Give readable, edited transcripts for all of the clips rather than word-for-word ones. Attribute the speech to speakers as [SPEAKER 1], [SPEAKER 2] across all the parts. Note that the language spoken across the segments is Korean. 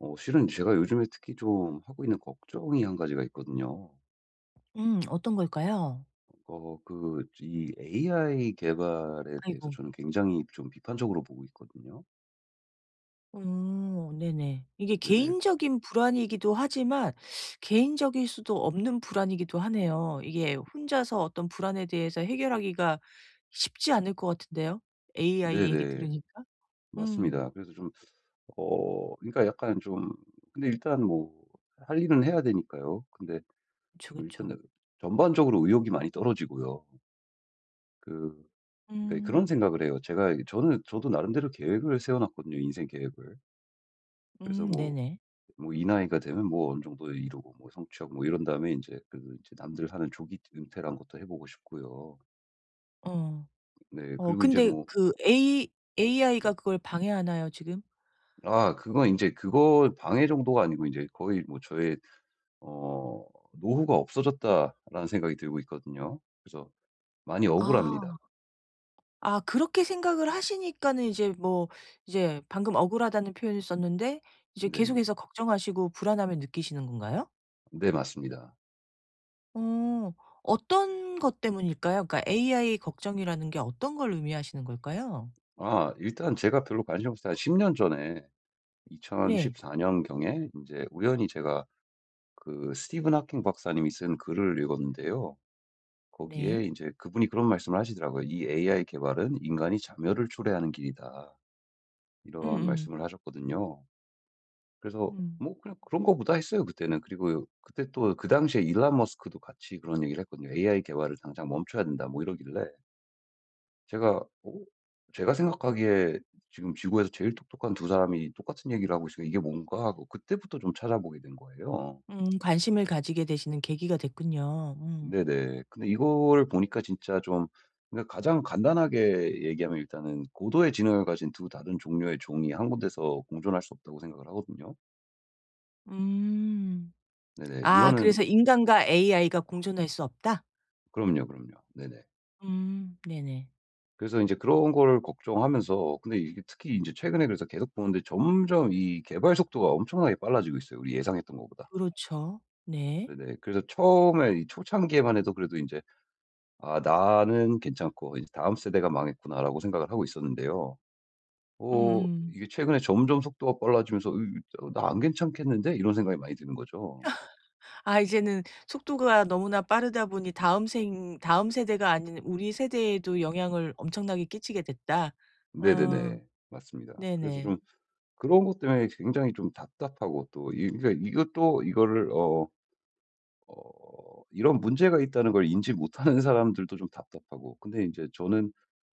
[SPEAKER 1] 실은 제가 요즘에 특히 좀 하고 있는 걱정이 한 가지가 있거든요.
[SPEAKER 2] 어떤 걸까요?
[SPEAKER 1] 이 AI 개발에 대해서
[SPEAKER 2] 아이고.
[SPEAKER 1] 저는 굉장히 좀 비판적으로 보고 있거든요.
[SPEAKER 2] 네네. 이게
[SPEAKER 1] 네네.
[SPEAKER 2] 개인적인 불안이기도 하지만 개인적일 수도 없는 불안이기도 하네요. 이게 혼자서 어떤 불안에 대해서 해결하기가 쉽지 않을 것 같은데요. AI 얘기
[SPEAKER 1] 네네.
[SPEAKER 2] 들으니까. 음.
[SPEAKER 1] 맞습니다. 그래서 좀 그러니까 약간 좀 근데 일단 뭐 할 일은 해야 되니까요. 근데
[SPEAKER 2] 그쵸,
[SPEAKER 1] 좀 일단
[SPEAKER 2] 그쵸.
[SPEAKER 1] 전반적으로 의욕이 많이 떨어지고요. 그 그러니까 그런
[SPEAKER 2] 음.
[SPEAKER 1] 생각을 해요. 제가 저는 저도 나름대로 계획을 세워 놨거든요, 인생 계획을. 그래서 뭐
[SPEAKER 2] 네네.
[SPEAKER 1] 뭐 이 나이가 되면 뭐 어느 정도 이루고 뭐 성취하고 뭐 이런 다음에 이제그제 남들 사는 조기 은퇴란 것도 해 보고 싶고요.
[SPEAKER 2] 어.
[SPEAKER 1] 네. 그리고 이제
[SPEAKER 2] 근데
[SPEAKER 1] 뭐.
[SPEAKER 2] 그 A
[SPEAKER 1] 네.
[SPEAKER 2] AI가 그걸 방해하나요 지금?
[SPEAKER 1] 아 그건 이제 그거 방해 정도가 아니고 이제 거의 뭐 저의 어 '노후가 없어졌다.'라는 생각이 들고 있거든요. 그래서 많이
[SPEAKER 2] 아.
[SPEAKER 1] 억울합니다.
[SPEAKER 2] 아 그렇게 생각을 하시니까는 이제 뭐 이제 방금 억울하다는 표현을 썼는데 이제
[SPEAKER 1] 네.
[SPEAKER 2] 계속해서 걱정하시고 불안함을 느끼시는 건가요?
[SPEAKER 1] 네 맞습니다.
[SPEAKER 2] 어. 어떤 것 때문일까요? 그러니까 AI 걱정이라는 게 어떤 걸 의미하시는 걸까요?
[SPEAKER 1] 아 일단 제가 별로 관심 없을 때 한 10년 전에
[SPEAKER 2] 네.
[SPEAKER 1] 2014 년경에 이제 우연히 제가 그 스티븐 하킹 박사님이 쓴 글을 읽었는데요. 거기에
[SPEAKER 2] 네.
[SPEAKER 1] 이제 그분이 그런 말씀을 하시더라고요. "이 AI 개발은 인간이 자멸을 초래하는 길이다." 이런
[SPEAKER 2] 음음.
[SPEAKER 1] 말씀을 하셨거든요. 그래서
[SPEAKER 2] 음.
[SPEAKER 1] 뭐 그냥 그런 거 보다 했어요 그때는. 그리고 그때 또 그 당시에 일론 머스크도 같이 그런 얘기를 했거든요. "AI 개발을 당장 멈춰야 된다." 뭐 이러길래 제가 어 제가 생각하기에 지금 지구에서 제일 똑똑한 두 사람이 똑같은 얘기를 하고 있으니까 '이게 뭔가?' 하고 그때부터 좀 찾아보게 된 거예요.
[SPEAKER 2] 관심을 가지게 되시는 계기가 됐군요. 음.
[SPEAKER 1] 네네. 근데 이거를 보니까 진짜 좀, 그러니까 가장 간단하게 얘기하면 일단은 고도의 지능을 가진 두 다른 종류의 종이 한 군데서 공존할 수 없다고 생각을 하거든요.
[SPEAKER 2] 음.
[SPEAKER 1] 네네.
[SPEAKER 2] 아
[SPEAKER 1] 이거는,
[SPEAKER 2] 그래서 '인간과 AI가 공존할 수 없다.'
[SPEAKER 1] 그럼요, 그럼요. 네네.
[SPEAKER 2] 네네.
[SPEAKER 1] 그래서 이제 그런 거를 걱정하면서, 근데 이게 특히 이제 최근에 그래서 계속 보는데 점점 이 개발 속도가 엄청나게 빨라지고 있어요, 우리 예상했던 것보다.
[SPEAKER 2] 그렇죠. 네.
[SPEAKER 1] 네네. 그래서 처음에 이 초창기에만 해도 그래도 이제 '아 나는 괜찮고 이제 다음 세대가 망했구나.'라고 생각을 하고 있었는데요.
[SPEAKER 2] 음음.
[SPEAKER 1] 이게 최근에 점점 속도가 빨라지면서 '나 안 괜찮겠는데?' 이런 생각이 많이 드는 거죠.
[SPEAKER 2] 아 이제는 속도가 너무나 빠르다 보니 다음 세대가 아닌 우리 세대에도 영향을 엄청나게 끼치게 됐다.' 어
[SPEAKER 1] 네네네. 맞습니다. 그래서
[SPEAKER 2] 네네.
[SPEAKER 1] 좀 그런 것 때문에 굉장히 좀 답답하고, 또 이 그러니까 이것도 이거를 이런 문제가 있다는 걸 인지 못하는 사람들도 좀 답답하고, 근데 이제 저는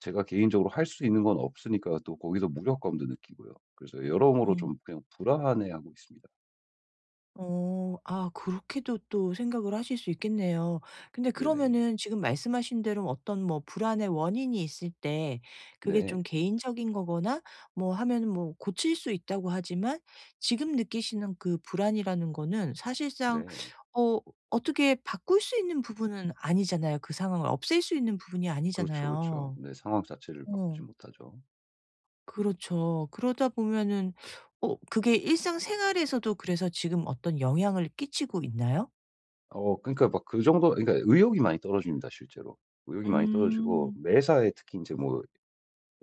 [SPEAKER 1] 제가 개인적으로 할 수 있는 건 없으니까 또 거기서 무력감도 느끼고요. 그래서 여러모로
[SPEAKER 2] 음.
[SPEAKER 1] 좀 그냥 불안해하고 있습니다.
[SPEAKER 2] 어. 아 그렇게도 또 생각을 하실 수 있겠네요. 근데
[SPEAKER 1] 네네.
[SPEAKER 2] 그러면은 지금 말씀하신 대로 어떤 뭐 불안의 원인이 있을 때 그게 좀
[SPEAKER 1] 네.
[SPEAKER 2] 개인적인 거거나 뭐 하면은 뭐 고칠 수 있다고 하지만 지금 느끼시는 그 불안이라는 거는 사실상
[SPEAKER 1] 네.
[SPEAKER 2] 어 어떻게 바꿀 수 있는 부분은 아니잖아요. 그 상황을 없앨 수 있는 부분이
[SPEAKER 1] 그렇죠, 그렇죠.
[SPEAKER 2] 아니잖아요.
[SPEAKER 1] 네. 상황 자체를
[SPEAKER 2] 어.
[SPEAKER 1] 바꾸지 못하죠.
[SPEAKER 2] 그렇죠. 그러다 보면은 그게 일상생활에서도 그래서 지금 어떤 영향을 끼치고 있나요?
[SPEAKER 1] 그러니까 막 그 정도, 그러니까 의욕이 많이 떨어집니다 실제로. 의욕이 많이 떨어지고
[SPEAKER 2] 음.
[SPEAKER 1] 매사에 특히 인제 뭐,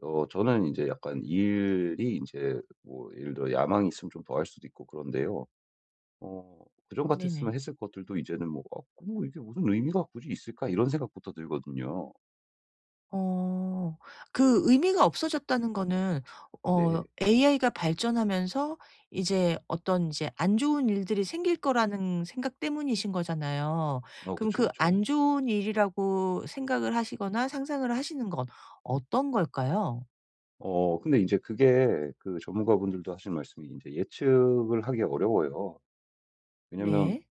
[SPEAKER 1] 저는 인제 약간 일이 인제 뭐 예를 들어 야망이 있으면 좀 더할 수도 있고 그런데요. 그전
[SPEAKER 2] 네네.
[SPEAKER 1] 같았으면 했을 것들도 이제는 뭐 '아 뭐 이게 무슨 의미가 굳이 있을까?' 이런 생각부터 들거든요.
[SPEAKER 2] 어. 그 의미가 없어졌다는 거는
[SPEAKER 1] 네.
[SPEAKER 2] AI가 발전하면서 이제 어떤 이제 안 좋은 일들이 생길 거라는 생각 때문이신 거잖아요. 그럼
[SPEAKER 1] 그쵸,
[SPEAKER 2] 그
[SPEAKER 1] 그쵸.
[SPEAKER 2] 안 좋은 일이라고 생각을 하시거나 상상을 하시는 건 어떤 걸까요?
[SPEAKER 1] 근데 인제 그게 그 전문가분들도 하신 말씀이 인제 예측을 하기 어려워요. 왜냐면
[SPEAKER 2] 네.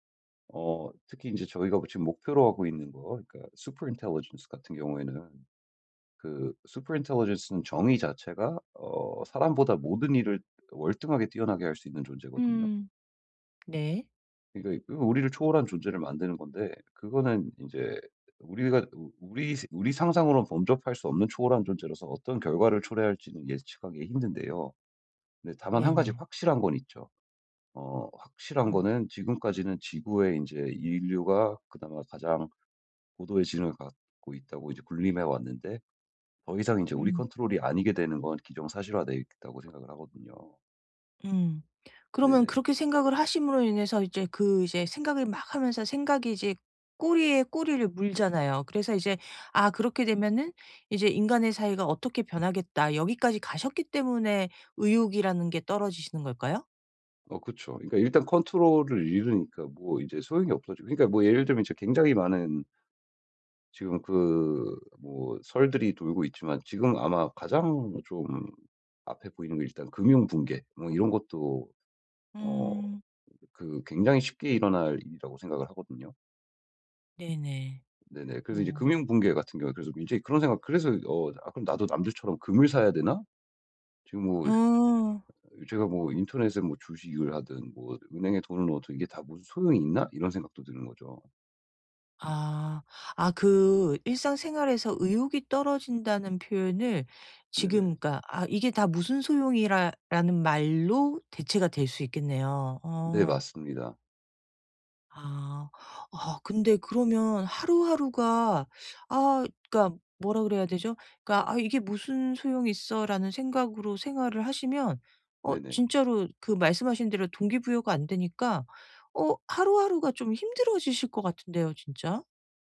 [SPEAKER 1] 특히 이제 저희가 지금 목표로 하고 있는 거, 그러니까 super intelligence 같은 경우에는, 그 super intelligence는 정의 자체가 사람보다 모든 일을 월등하게 뛰어나게 할 수 있는 존재거든요.
[SPEAKER 2] 음. 네.
[SPEAKER 1] 그러니까 그 우리를 초월한 존재를 만드는 건데, 그거는 이제 우리가 우 우리 우리 상상으로는 범접할 수 없는 초월한 존재로서 어떤 결과를 초래할지는 예측하기 힘든데요. 근데 다만 한 가지
[SPEAKER 2] 네네.
[SPEAKER 1] 확실한 건 있죠. 확실한
[SPEAKER 2] 음.
[SPEAKER 1] 거는, 지금까지는 지구의 이제 인류가 그나마 가장 고도의 지능을 갖고 있다고 이제 군림해 왔는데, 더 이상 이제 우리
[SPEAKER 2] 음.
[SPEAKER 1] 컨트롤이 아니게 되는 건 기정사실화되어 있다고 생각을 하거든요.
[SPEAKER 2] 음. 그러면
[SPEAKER 1] 네네.
[SPEAKER 2] 그렇게 생각을 하심으로 인해서 이제 그 이제 생각을 막 하면서 생각이 이제 꼬리에 꼬리를 물잖아요. 그래서 이제 '아 그렇게 되면은 이제 인간의 사이가 어떻게 변하겠다.' 여기까지 가셨기 때문에 의욕이라는 게 떨어지시는 걸까요?
[SPEAKER 1] 그쵸. 그러니까 일단 컨트롤을 잃으니까 뭐 이제 소용이 없어지고, 그러니까 뭐 예를 들면 이제 굉장히 많은, 지금 그 뭐 설들이 돌고 있지만 지금 아마 가장 좀 앞에 보이는 게 일단 금융 붕괴, 뭐 이런 것도 어
[SPEAKER 2] 음.
[SPEAKER 1] 그 굉장히 쉽게 일어날 일이라고 생각을 하거든요.
[SPEAKER 2] 네네.
[SPEAKER 1] 네네. 그래서 이제
[SPEAKER 2] 어.
[SPEAKER 1] 금융 붕괴 같은 경우에, 그래서 이제 그런 생각, 그래서 '아 그럼 나도 남들처럼 금을 사야 되나?' 지금 뭐,
[SPEAKER 2] 어.
[SPEAKER 1] 제가 뭐 인터넷에 뭐 주식을 하든 뭐 은행에 돈을 넣어도 '이게 다 무슨 소용이 있나?' 이런 생각도 드는 거죠.
[SPEAKER 2] 아. 아 그 일상생활에서 의욕이 떨어진다는 표현을 지금
[SPEAKER 1] 네네.
[SPEAKER 2] 그러니까 '아 이게 다 무슨 소용이라.' 라는 말로 대체가 될 수 있겠네요.
[SPEAKER 1] 네
[SPEAKER 2] 어.
[SPEAKER 1] 맞습니다.
[SPEAKER 2] 아. 아 근데 그러면 하루하루가 아 그러니까 뭐라 그래야 되죠? 그러니까 '아 이게 무슨 소용이 있어.'라는 생각으로 생활을 하시면
[SPEAKER 1] 네네.
[SPEAKER 2] 진짜로 그 말씀하신 대로 동기부여가 안 되니까 하루하루가 좀 힘들어지실 것 같은데요 진짜.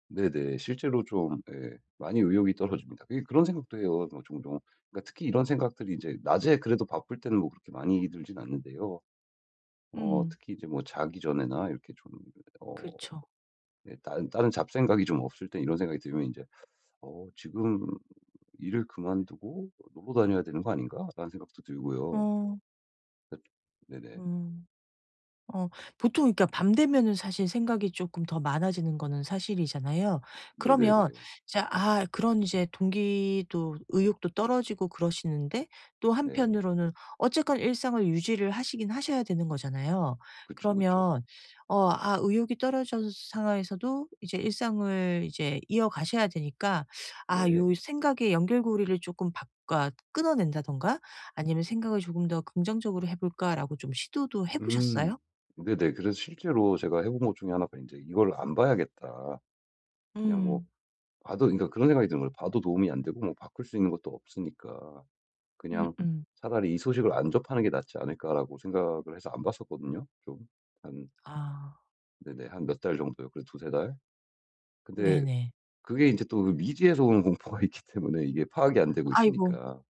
[SPEAKER 1] 네네. 실제로 좀, 예 많이 의욕이 떨어집니다. 그게 그런 생각도 해요 뭐 종종. 그러니까 특히 이런 생각들이 인제 낮에 그래도 바쁠 때는 뭐 그렇게 많이 들진 않는데요.
[SPEAKER 2] 음.
[SPEAKER 1] 특히 이제 뭐 자기 전에나 이렇게 좀, 어
[SPEAKER 2] 그쵸.
[SPEAKER 1] 예 다른 잡생각이 좀 없을 때 이런 생각이 들면 인제, 지금 일을 그만두고 놀러 다녀야 되는 거 아닌가? 라는 생각도 들고요.
[SPEAKER 2] 어.
[SPEAKER 1] 그 네네.
[SPEAKER 2] 어. 어 보통 그러니까 밤 되면은 사실 생각이 조금 더 많아지는 거는 사실이잖아요. 그러면
[SPEAKER 1] 네네네.
[SPEAKER 2] 이제 아 그런 이제 동기도 의욕도 떨어지고 그러시는데 또
[SPEAKER 1] 네.
[SPEAKER 2] 한편으로는 어쨌건 일상을 유지를 하시긴 하셔야 되는 거잖아요.
[SPEAKER 1] 그쵸, 그쵸.
[SPEAKER 2] 그러면 아 의욕이 떨어져서 상황에서도 이제 일상을 이제 이어가셔야 되니까 아
[SPEAKER 1] 네.
[SPEAKER 2] 요 생각의 연결고리를 조금 바꿔 끊어낸다든가 아니면 '생각을 조금 더 긍정적으로 해 볼까.'라고 좀 시도도 해
[SPEAKER 1] 음.
[SPEAKER 2] 보셨어요?
[SPEAKER 1] 네네. 그래서 실제로 제가 해본 것 중에 하나가 이제, 이걸 안 봐야겠다. 그냥 뭐,
[SPEAKER 2] 음.
[SPEAKER 1] 봐도, 그러니까 그런 생각이 드는 거예요. 봐도 도움이 안 되고, 뭐, 바꿀 수 있는 것도 없으니까. 그냥
[SPEAKER 2] 음음.
[SPEAKER 1] 차라리 이 소식을 안 접하는 게 낫지 않을까라고 생각을 해서 안 봤었거든요. 좀. 한,
[SPEAKER 2] 아
[SPEAKER 1] 네네. 한 몇 달 정도요. 그래, 두세 달. 근데
[SPEAKER 2] 네네.
[SPEAKER 1] 그게 이제 또그 미지에서 오는 공포가 있기 때문에 이게 파악이 안 되고
[SPEAKER 2] 아이고.
[SPEAKER 1] 있으니까.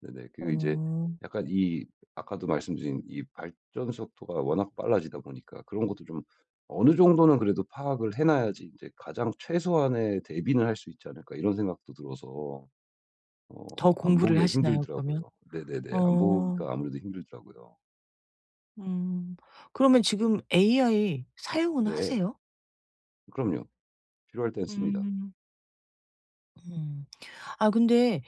[SPEAKER 1] 네네. 그리고 이제
[SPEAKER 2] 어.
[SPEAKER 1] 약간 이, 아까도 말씀드린 이 발전 속도가 워낙 빨라지다 보니까, 그런 것도 좀 어느 정도는 그래도 파악을 해 놔야지 인제 '가장 최소한의 대비는 할 수 있지 않을까.' 이런 생각도 들어서
[SPEAKER 2] 더
[SPEAKER 1] 안
[SPEAKER 2] 공부를
[SPEAKER 1] 보기가
[SPEAKER 2] 하시나요 그러면?
[SPEAKER 1] 힘들더라고요. 네네네. 안
[SPEAKER 2] 어.
[SPEAKER 1] 보기가 아무래도 힘들더라고요.
[SPEAKER 2] 음. 그러면 지금 AI 사용은
[SPEAKER 1] 네.
[SPEAKER 2] 하세요?
[SPEAKER 1] 그럼요. 필요할 땐 씁니다.
[SPEAKER 2] 음. 음. 아 근데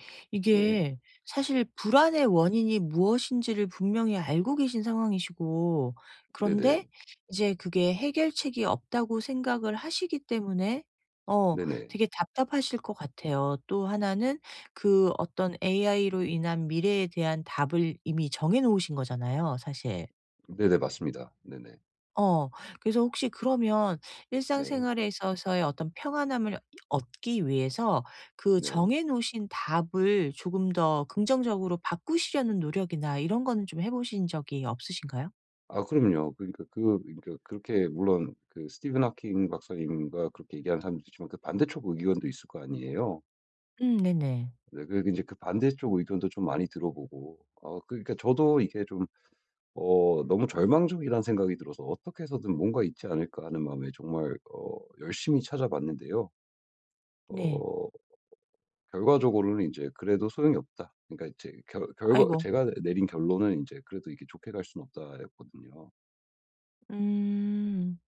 [SPEAKER 1] 네.
[SPEAKER 2] 이게 사실 불안의 원인이 무엇인지를 분명히 알고 계신 상황이시고
[SPEAKER 1] 네네.
[SPEAKER 2] 그런데 이제 그게 해결책이 없다고 생각을 하시기 때문에 어
[SPEAKER 1] 네네.
[SPEAKER 2] 되게 답답하실 것 같아요. 또 하나는 그 어떤 AI로 인한 미래에 대한 답을 이미 정해 놓으신 거잖아요, 사실.
[SPEAKER 1] 네네. 맞습니다. 네네.
[SPEAKER 2] 어. 그래서 혹시 그러면
[SPEAKER 1] 네.
[SPEAKER 2] 일상생활에 있어서의 어떤 평안함을 얻기 위해서 그
[SPEAKER 1] 네.
[SPEAKER 2] 정해 놓으신 답을 조금 더 긍정적으로 바꾸시려는 노력이나 이런 거는 좀 해 보신 적이 없으신가요?
[SPEAKER 1] 아 그럼요. 그러니까 그, 그러니까 그렇게 물론 그 스티븐 하킹 박사님과 그렇게 얘기하는 사람도 있지만 그 반대쪽 의견도 있을 거 아니에요.
[SPEAKER 2] 네네.
[SPEAKER 1] 네 그리제그 반대쪽 의견도 좀 많이 들어보고 그러니까 저도 이게 좀 너무 절망적이라는 생각이 들어서 '어떻게 해서든 뭔가 있지 않을까.' 하는 마음에 정말 열심히 찾아봤는데요.
[SPEAKER 2] 네.
[SPEAKER 1] 어 결과적으로는 이제 '그래도 소용이 없다.' 그러니까 제 결 결과
[SPEAKER 2] 아이고.
[SPEAKER 1] 제가 내린 결론은 이제 '그래도 이게 좋게 갈 수는 없다.'였거든요.
[SPEAKER 2] 음.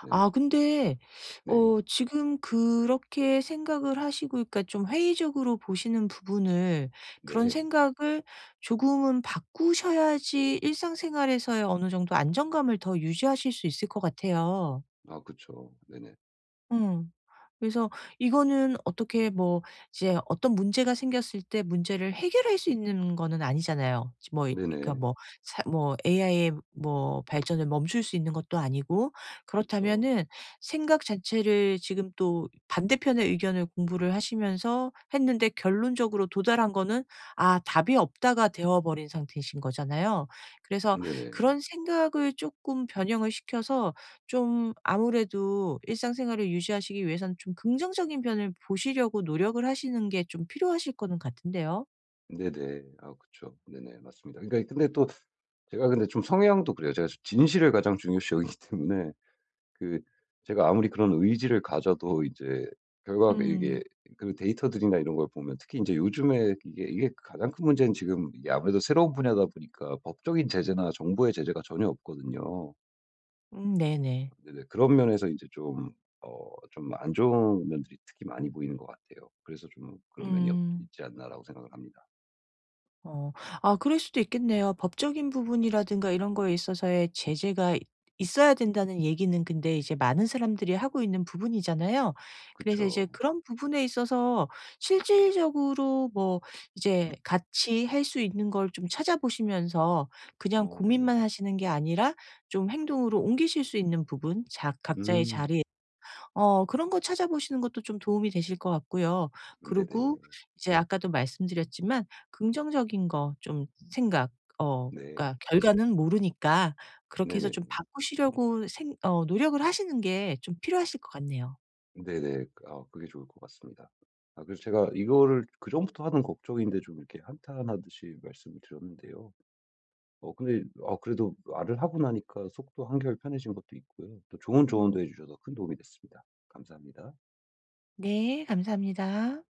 [SPEAKER 1] 네네.
[SPEAKER 2] 아 근데
[SPEAKER 1] 네.
[SPEAKER 2] 지금 그렇게 생각을 하시고 그러니까 좀 회의적으로 보시는 부분을 그런
[SPEAKER 1] 네.
[SPEAKER 2] 생각을 조금은 바꾸셔야지 일상생활에서의 어느 정도 안정감을 더 유지하실 수 있을 것 같아요.
[SPEAKER 1] 아 그쵸. 네네.
[SPEAKER 2] 응. 그래서 이거는 어떻게 뭐 이제 어떤 문제가 생겼을 때 문제를 해결할 수 있는 거는 아니잖아요. 지 뭐 이 그러니까
[SPEAKER 1] 네네.
[SPEAKER 2] 뭐 사 뭐 AI의 뭐 발전을 멈출 수 있는 것도 아니고
[SPEAKER 1] 그쵸.
[SPEAKER 2] 그렇다면은 생각 자체를 지금 또 반대편의 의견을 공부를 하시면서 했는데 결론적으로 도달한 거는 아 답이 없다가 되어 버린 상태이신 거잖아요. 그래서
[SPEAKER 1] 네네.
[SPEAKER 2] 그런 생각을 조금 변형을 시켜서 좀 아무래도 일상생활을 유지하시기 위해서는 좀 긍정적인 편을 보시려고 노력을 하시는 게 좀 필요하실 거는 같은데요.
[SPEAKER 1] 네네. 아 그쵸. 네네. 맞습니다. 그러니까 근데 또, 제가 근데 좀 성향도 그래요. 제가 진실을 가장 중요시 여기기 때문에, 그, 제가 아무리 그런 의지를 가져도 이제 결과가
[SPEAKER 2] 음.
[SPEAKER 1] 이게, 그 데이터들이나 이런 걸 보면, 특히 이제 요즘에 이게, 이게 가장 큰 문제는 지금 이게 아무래도 새로운 분야다 보니까 법적인 제재나 정부의 제재가 전혀 없거든요.
[SPEAKER 2] 네네.
[SPEAKER 1] 네네. 그런 면에서 이제 좀 좀 안 좋은 면들이 특히 많이 보이는 것 같아요. 그래서 좀 '그런 면이 없
[SPEAKER 2] 음.
[SPEAKER 1] 있지 않나.'라고 생각을 합니다.
[SPEAKER 2] 어. 아 그럴 수도 있겠네요. 법적인 부분이라든가 이런 거에 있어서의 제재가 있 있어야 된다는 얘기는 근데 이제 많은 사람들이 하고 있는 부분이잖아요. 그래서 이제
[SPEAKER 1] 그쵸.
[SPEAKER 2] 그런 부분에 있어서 실질적으로 뭐 이제 같이 할 수 있는 걸 좀 찾아보시면서 그냥
[SPEAKER 1] 네네.
[SPEAKER 2] 고민만 하시는 게 아니라 좀 행동으로 옮기실 수 있는 부분 자 각자의
[SPEAKER 1] 음.
[SPEAKER 2] 자리에 그런 거 찾아보시는 것도 좀 도움이 되실 것 같고요. 그리고
[SPEAKER 1] 네네.
[SPEAKER 2] 이제 아까도 말씀드렸지만 긍정적인 거 좀 생각
[SPEAKER 1] 네.
[SPEAKER 2] 그러니까 결과는 모르니까 그렇게 해서
[SPEAKER 1] 네네.
[SPEAKER 2] 좀 바꾸시려고 생 어 노력을 하시는 게 좀 필요하실 것 같네요.
[SPEAKER 1] 네네. 아 그게 좋을 것 같습니다. 아 그래서 제가 이거를 그전부터 하는 걱정인데 좀 이렇게 한탄하듯이 말씀을 드렸는데요. 근데 아 그래도 말을 하고 나니까 속도 한결 편해진 것도 있고요. 또 좋은 조언도
[SPEAKER 2] 음.
[SPEAKER 1] 해 주셔서 큰 도움이 됐습니다. 감사합니다.
[SPEAKER 2] 네. 감사합니다.